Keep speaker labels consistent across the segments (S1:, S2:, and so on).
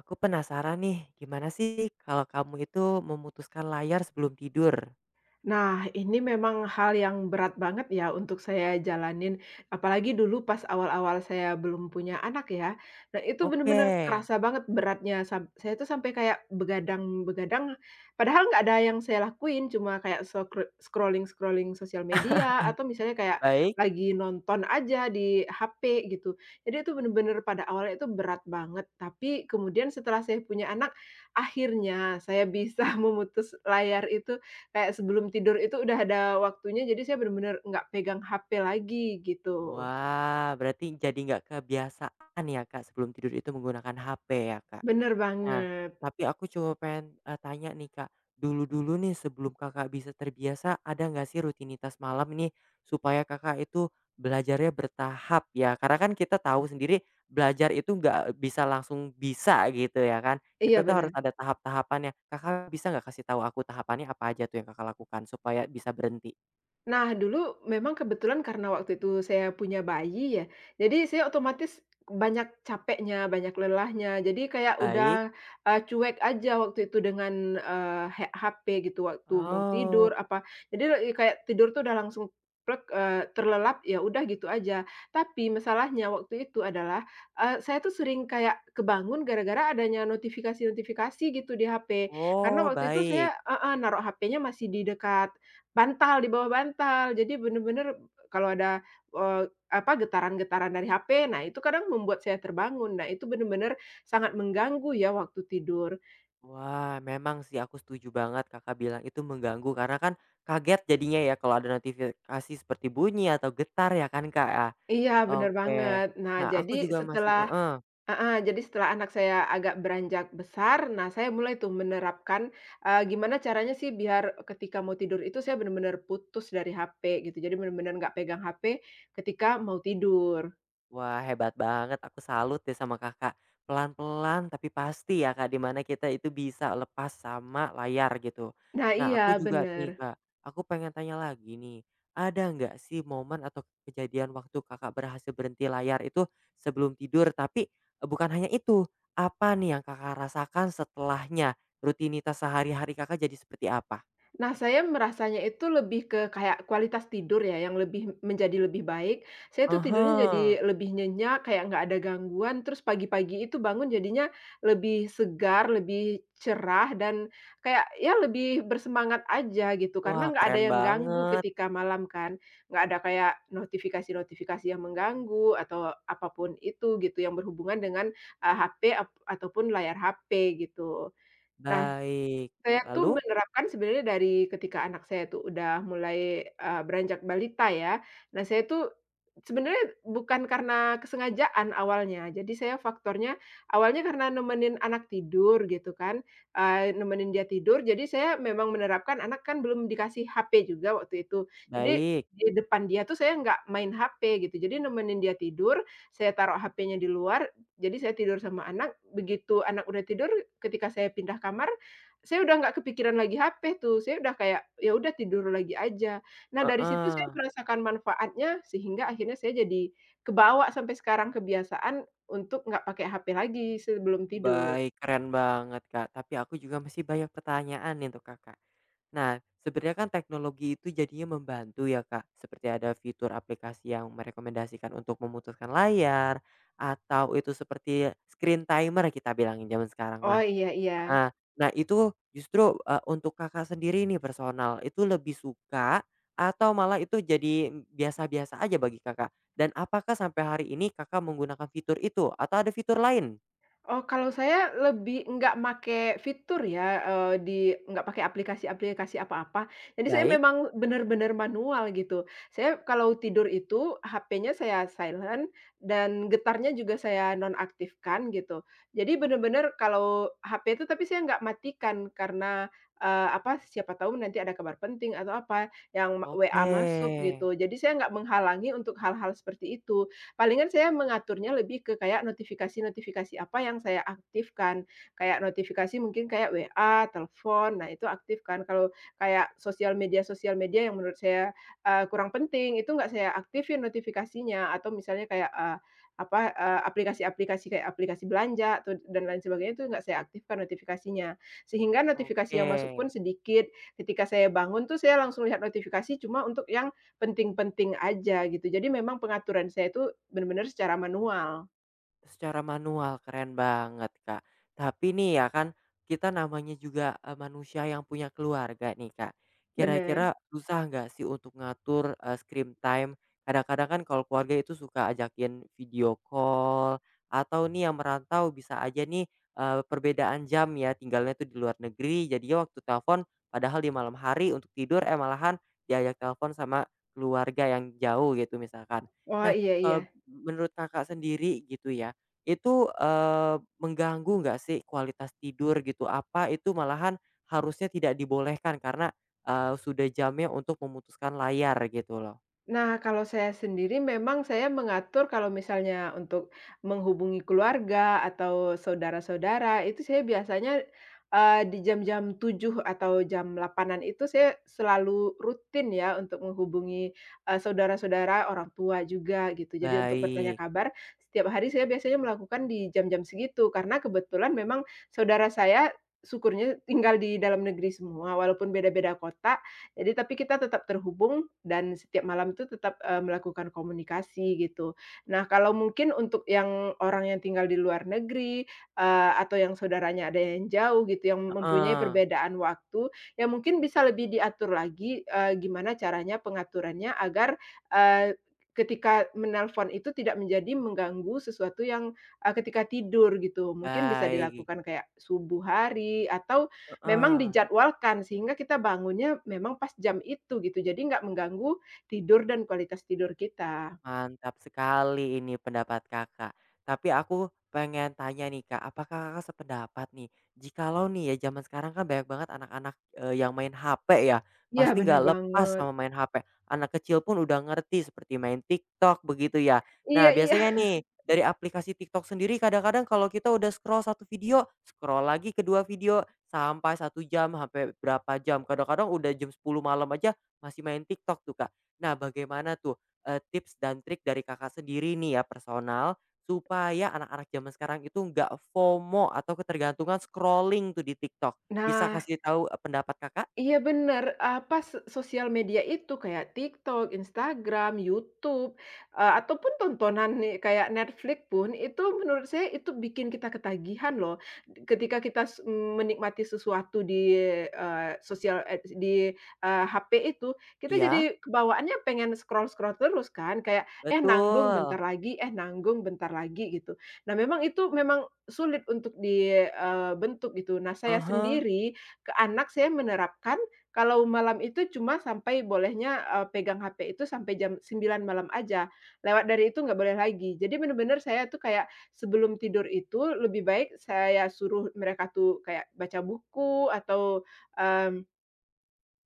S1: Aku penasaran nih, gimana sih kalau kamu itu memutuskan layar sebelum tidur?
S2: Nah, ini memang hal yang berat banget ya untuk saya jalanin, apalagi dulu pas awal-awal saya belum punya anak ya. Nah, itu
S1: Oke,
S2: bener-bener kerasa banget beratnya, saya tuh sampai kayak begadang-begadang, padahal nggak ada yang saya lakuin, cuma kayak scrolling-scrolling sosial media atau misalnya kayak
S1: baik.
S2: lagi nonton aja di HP gitu. Jadi itu bener-bener pada awalnya itu berat banget, tapi kemudian setelah saya punya anak, akhirnya saya bisa memutus layar itu. Kayak sebelum tidur itu udah ada waktunya, jadi saya bener-bener nggak pegang HP lagi gitu.
S1: Wah, berarti jadi nggak kebiasaan ya Kak sebelum tidur itu menggunakan HP ya Kak?
S2: Bener
S1: Nah,
S2: banget.
S1: tapi aku cuma pengen, tanya nih, Kak. Dulu-dulu nih sebelum Kakak bisa terbiasa, ada nggak sih rutinitas malam ini supaya Kakak itu belajarnya bertahap ya? Karena kan kita tahu sendiri belajar itu nggak bisa langsung bisa gitu ya kan, kita
S2: Iya
S1: tuh harus
S2: bener.
S1: ada tahap-tahapannya. Kakak bisa nggak kasih tahu aku tahapannya apa aja tuh yang Kakak lakukan supaya bisa berhenti?
S2: Nah, dulu memang kebetulan karena waktu itu saya punya bayi ya, jadi saya otomatis banyak capeknya, banyak lelahnya. Jadi kayak
S1: Baik.
S2: udah, cuek aja waktu itu dengan, eee, he HP gitu waktu mau
S1: Oh.
S2: tidur apa, jadi kayak tidur tuh udah langsung plek, terlelap, ya udah gitu aja. Tapi masalahnya waktu itu adalah, saya tuh sering kayak kebangun gara-gara adanya notifikasi-notifikasi gitu di HP. Karena
S1: Oh,
S2: waktu itu saya
S1: baik.
S2: heeh, naruh HP-nya masih di dekat bantal, di bawah bantal. Jadi bener-bener kalau ada, apa, getaran-getaran dari HP, nah itu kadang membuat saya terbangun. Nah itu bener-bener sangat mengganggu ya waktu tidur.
S1: Wah, memang sih aku setuju banget Kakak bilang itu mengganggu karena kan kaget jadinya ya kalau ada notifikasi seperti bunyi atau getar ya kan, Kak, ya?
S2: Iya, bener
S1: Oke.
S2: banget. Nah
S1: Nah,
S2: jadi
S1: aku juga masih
S2: setelah
S1: heeh.
S2: heeh, jadi setelah anak saya agak beranjak besar, nah saya mulai tuh menerapkan, gimana caranya sih biar ketika mau tidur itu saya bener-bener putus dari HP gitu. Jadi bener-bener nggak pegang HP ketika mau tidur.
S1: Wah, hebat banget. Aku salut deh sama Kakak. Pelan-pelan tapi pasti ya, Kak, di mana kita itu bisa lepas sama layar gitu.
S2: Nah
S1: Nah,
S2: iya,
S1: aku juga
S2: bener.
S1: nih, Kak, aku pengen tanya lagi nih. Ada nggak sih momen atau kejadian waktu Kakak berhasil berhenti layar itu sebelum tidur? Tapi eh, bukan hanya itu, apa nih yang Kakak rasakan setelahnya? Rutinitas sehari-hari Kakak jadi seperti apa?
S2: Nah, saya merasanya itu lebih ke kayak kualitas tidur ya, yang lebih menjadi lebih baik. Saya tuh tidurnya
S1: Aha.
S2: jadi lebih nyenyak, kayak nggak ada gangguan, terus pagi-pagi itu bangun jadinya lebih segar, lebih cerah, dan kayak ya lebih bersemangat aja gitu, karena
S1: Wah,
S2: nggak ada
S1: keren
S2: yang ganggu
S1: banget.
S2: ketika malam kan. Nggak ada kayak notifikasi-notifikasi yang mengganggu, atau apapun itu gitu, yang berhubungan dengan eh, HP ataupun layar HP gitu. Nah,
S1: Baik.
S2: saya tuh
S1: Lalu?
S2: menerapkan sebenarnya dari ketika anak saya tuh udah mulai, beranjak balita ya. Nah, saya tuh sebenarnya bukan karena kesengajaan awalnya. Jadi saya faktornya awalnya karena nemenin anak tidur gitu kan, nemenin dia tidur, jadi saya memang menerapkan anak kan belum dikasih HP juga waktu itu. Jadi
S1: Baik.
S2: di depan dia tuh saya nggak main HP gitu. Jadi nemenin dia tidur, saya taruh HP-nya di luar, jadi saya tidur sama anak. Begitu anak udah tidur, ketika saya pindah kamar, saya udah nggak kepikiran lagi HP tuh, saya udah kayak, ya udah tidur lagi aja. Nah dari situ saya
S1: Heeh.
S2: merasakan manfaatnya, sehingga akhirnya saya jadi kebawa sampai sekarang kebiasaan untuk nggak pakai HP lagi sebelum tidur.
S1: Baik, keren banget, Kak. Tapi aku juga masih banyak pertanyaan nih untuk Kakak. Nah, sebenarnya kan teknologi itu jadinya membantu ya, Kak. Seperti ada fitur aplikasi yang merekomendasikan untuk memutuskan layar atau itu seperti screen timer kita bilangin zaman sekarang
S2: Oh,
S1: mah.
S2: iya iya.
S1: Heeh. Nah, itu justru, untuk Kakak sendiri nih personal, itu lebih suka atau malah itu jadi biasa-biasa aja bagi Kakak? Dan apakah sampai hari ini Kakak menggunakan fitur itu atau ada fitur lain?
S2: Oh, kalau saya lebih nggak make fitur ya, eee, di nggak pakai aplikasi-aplikasi apa-apa. Jadi saya
S1: Baik.
S2: memang benar-benar manual gitu. Saya kalau tidur itu HP-nya saya silent dan getarnya juga saya nonaktifkan gitu. Jadi benar-benar kalau HP itu tapi saya nggak matikan karena, apa, siapa tahu nanti ada kabar penting atau apa yang
S1: Oke,
S2: WA masuk gitu. Jadi saya nggak menghalangi untuk hal-hal seperti itu. Palingan saya mengaturnya lebih ke kayak notifikasi-notifikasi apa yang saya aktifkan, kayak notifikasi mungkin kayak WA, telepon, nah itu aktifkan. Kalau kayak sosial media-sosial media yang menurut saya, kurang penting, itu nggak saya aktifin notifikasinya, atau misalnya kayak, apa, aplikasi-aplikasi kayak aplikasi belanja atau dan lain sebagainya itu nggak saya aktifkan notifikasinya. Sehingga notifikasi
S1: oke.
S2: yang masuk pun sedikit, ketika saya bangun tuh saya langsung lihat notifikasi cuma untuk yang penting-penting aja gitu. Jadi memang pengaturan saya itu benar-benar secara manual.
S1: Secara manual, keren banget, Kak. Tapi nih ya kan, kita namanya juga, manusia yang punya keluarga nih, Kak.
S2: Bener.
S1: Kira-kira susah nggak sih untuk ngatur, screen time? Kadang-kadang kan kalau keluarga itu suka ajakin video call, atau nih yang merantau bisa aja nih, perbedaan jam ya, tinggalnya tuh di luar negeri, jadinya waktu telepon padahal di malam hari untuk tidur, eh, malahan diajak telepon sama keluarga yang jauh gitu misalkan.
S2: Oh,
S1: Nah,
S2: iya iya.
S1: kalau menurut Kakak sendiri gitu ya, itu, eee, mengganggu nggak sih kualitas tidur gitu? Apa itu malahan harusnya tidak dibolehkan karena, sudah jamnya untuk memutuskan layar gitu loh?
S2: Nah, kalau saya sendiri memang saya mengatur kalau misalnya untuk menghubungi keluarga atau saudara-saudara, itu saya biasanya, di jam-jam 7 atau jam 8-an itu saya selalu rutin ya untuk menghubungi, saudara-saudara, orang tua juga gitu. Jadi untuk bertanya
S1: Baik,
S2: kabar, setiap hari saya biasanya melakukan di jam-jam segitu, karena kebetulan memang saudara saya syukurnya tinggal di dalam negeri semua, walaupun beda-beda kota, jadi tapi kita tetap terhubung dan setiap malam itu tetap, melakukan komunikasi gitu. Nah kalau mungkin untuk yang orang yang tinggal di luar negeri, atau yang saudaranya ada yang jauh gitu yang mempunyai
S1: heeh,
S2: perbedaan waktu, ya mungkin bisa lebih diatur lagi, gimana caranya pengaturannya agar, eee, ketika menelpon itu tidak menjadi mengganggu sesuatu yang, ketika tidur gitu. Mungkin bisa
S1: baik,
S2: dilakukan kayak subuh hari atau memang
S1: heeh.
S2: dijadwalkan sehingga kita bangunnya memang pas jam itu gitu, jadi nggak mengganggu tidur dan kualitas tidur kita.
S1: Mantap sekali ini pendapat Kakak. Tapi aku pengen tanya nih Kak, apakah Kakak sependapat nih, jikalau nih ya zaman sekarang kan banyak banget anak-anak, yang main HP ya,
S2: Iya
S1: pasti
S2: bener
S1: nggak lepas
S2: banget.
S1: sama main HP. Anak kecil pun udah ngerti seperti main TikTok begitu ya. Nah
S2: Iya iya.
S1: biasanya nih, dari aplikasi TikTok sendiri kadang-kadang kalau kita udah scroll satu video, scroll lagi kedua video, sampai satu jam, sampai berapa jam, kadang-kadang udah jam 10 malam aja masih main TikTok tuh Kak. Nah bagaimana tuh, tips dan trik dari Kakak sendiri nih ya personal, supaya anak-anak zaman sekarang itu nggak FOMO atau ketergantungan scrolling tuh di TikTok. Bisa
S2: Nah,
S1: kasih tahu, pendapat Kakak?
S2: iya bener, apa, sosial media itu kayak TikTok, Instagram, YouTube, ataupun tontonan nih kayak Netflix pun itu menurut saya itu bikin kita ketagihan loh. Ketika kita menikmati sesuatu di, eee, sosial eh, di, eee, HP itu, kita
S1: Iya.
S2: jadi kebawaannya pengen scroll-scroll terus kan, kayak, "Eh, nanggung bentar
S1: Betul.
S2: lagi, eh, nanggung bentar lagi," gitu. Nah memang itu memang sulit untuk dibentuk gitu. Nah saya
S1: Ah hah.
S2: sendiri, ke anak saya menerapkan kalau malam itu cuma sampai bolehnya, pegang HP itu sampai jam 9 malam aja, lewat dari itu nggak boleh lagi. Jadi bener-bener saya tuh kayak sebelum tidur itu lebih baik saya suruh mereka tuh kayak baca buku atau, mmm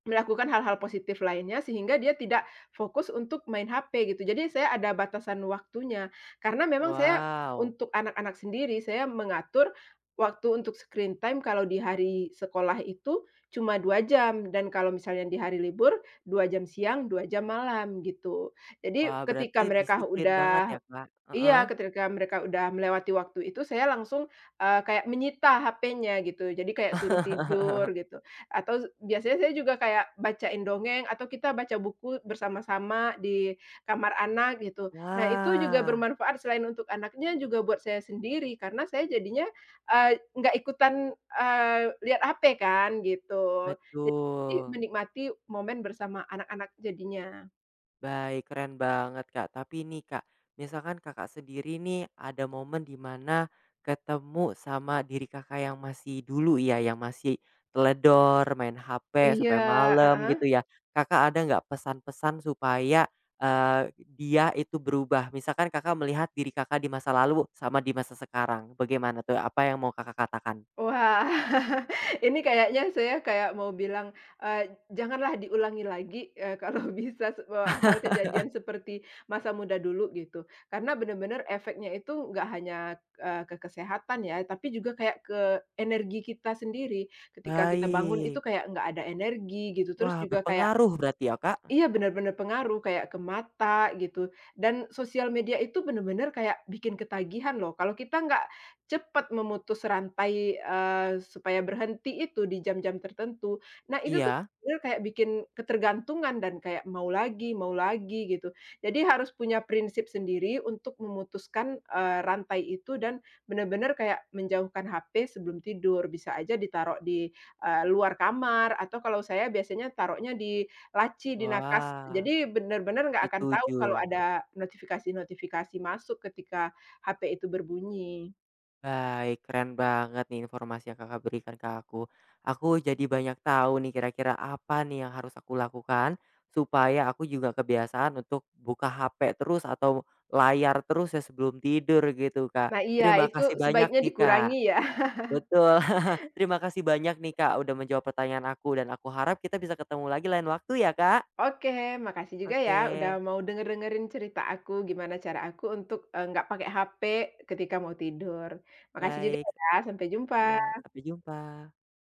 S2: melakukan hal-hal positif lainnya sehingga dia tidak fokus untuk main HP gitu. Jadi saya ada batasan waktunya, karena memang saya
S1: Wow.
S2: untuk anak-anak sendiri, saya mengatur waktu untuk screen time kalau di hari sekolah itu cuma 2 jam dan kalau misalnya di hari libur 2 jam siang, 2 jam malam gitu. Jadi
S1: Wah
S2: ketika
S1: berarti
S2: mereka
S1: disiplin banget
S2: udah.
S1: ya Kak?
S2: Iya,
S1: Heeh.
S2: ketika mereka udah melewati waktu itu saya langsung, kayak menyita HP-nya gitu, jadi kayak suruh tidur gitu, atau biasanya saya juga kayak bacain dongeng atau kita baca buku bersama-sama di kamar anak gitu. Nah itu juga
S1: Wah,
S2: bermanfaat selain untuk anaknya juga buat saya sendiri karena saya jadinya, nggak ikutan, lihat HP kan gitu. Jadi
S1: betul.
S2: menikmati momen bersama anak-anak jadinya.
S1: Baik, keren banget, Kak. Tapi nih, Kak, misalkan Kakak sendiri nih ada momen di mana ketemu sama diri Kakak yang masih dulu ya, yang masih teledor, main HP
S2: Iya,
S1: sampai malam
S2: heeh.
S1: gitu ya. Kakak ada nggak pesan-pesan supaya, eee, dia itu berubah? Misalkan Kakak melihat diri Kakak di masa lalu sama di masa sekarang, bagaimana tuh? Apa yang mau Kakak katakan?
S2: Wah, ini kayaknya saya kayak mau bilang, janganlah diulangi lagi, kalau bisa hal kejadian seperti masa muda dulu gitu. Karena benar-benar efeknya itu nggak hanya, ke kesehatan ya, tapi juga kayak ke energi kita sendiri. Ketika kita bangun itu
S1: Baik.
S2: kayak nggak ada energi gitu, terus
S1: Wah,
S2: juga kayak.
S1: berpengaruh berarti ya, Kak?
S2: Iya, benar-benar pengaruh, kayak ke mata gitu, dan sosial media itu benar-benar kayak bikin ketagihan loh, kalau kita nggak cepat memutus rantai, supaya berhenti itu di jam-jam tertentu. Nah, itu tuh
S1: Iya.
S2: bener kayak bikin ketergantungan dan kayak mau lagi gitu. Jadi harus punya prinsip sendiri untuk memutuskan, rantai itu dan benar-benar kayak menjauhkan HP sebelum tidur, bisa aja ditaruh di, luar kamar atau kalau saya biasanya taruhnya di laci di nakas.
S1: Wah,
S2: Jadi benar-benar nggak akan tahu
S1: setuju.
S2: kalau ada notifikasi-notifikasi masuk ketika HP itu berbunyi.
S1: Baik, keren banget nih informasi yang Kakak berikan ke aku. Aku jadi banyak tahu nih kira-kira apa nih yang harus aku lakukan supaya aku juga kebiasaan untuk buka HP terus atau layar terus ya sebelum tidur gitu, Kak.
S2: Nah iya,
S1: Terima
S2: itu
S1: kasih banyak
S2: sebaiknya
S1: nih, Kak.
S2: dikurangi ya.
S1: Betul. Terima kasih banyak nih, Kak, udah menjawab pertanyaan aku dan aku harap kita bisa ketemu lagi lain waktu ya, Kak.
S2: Oke, makasih juga ya
S1: Oke,
S2: udah mau denger-dengerin cerita aku, gimana cara aku untuk, nggak pakai HP ketika mau tidur. Makasih juga
S1: baik.
S2: ya, sampai jumpa.
S1: Ya, sampai jumpa.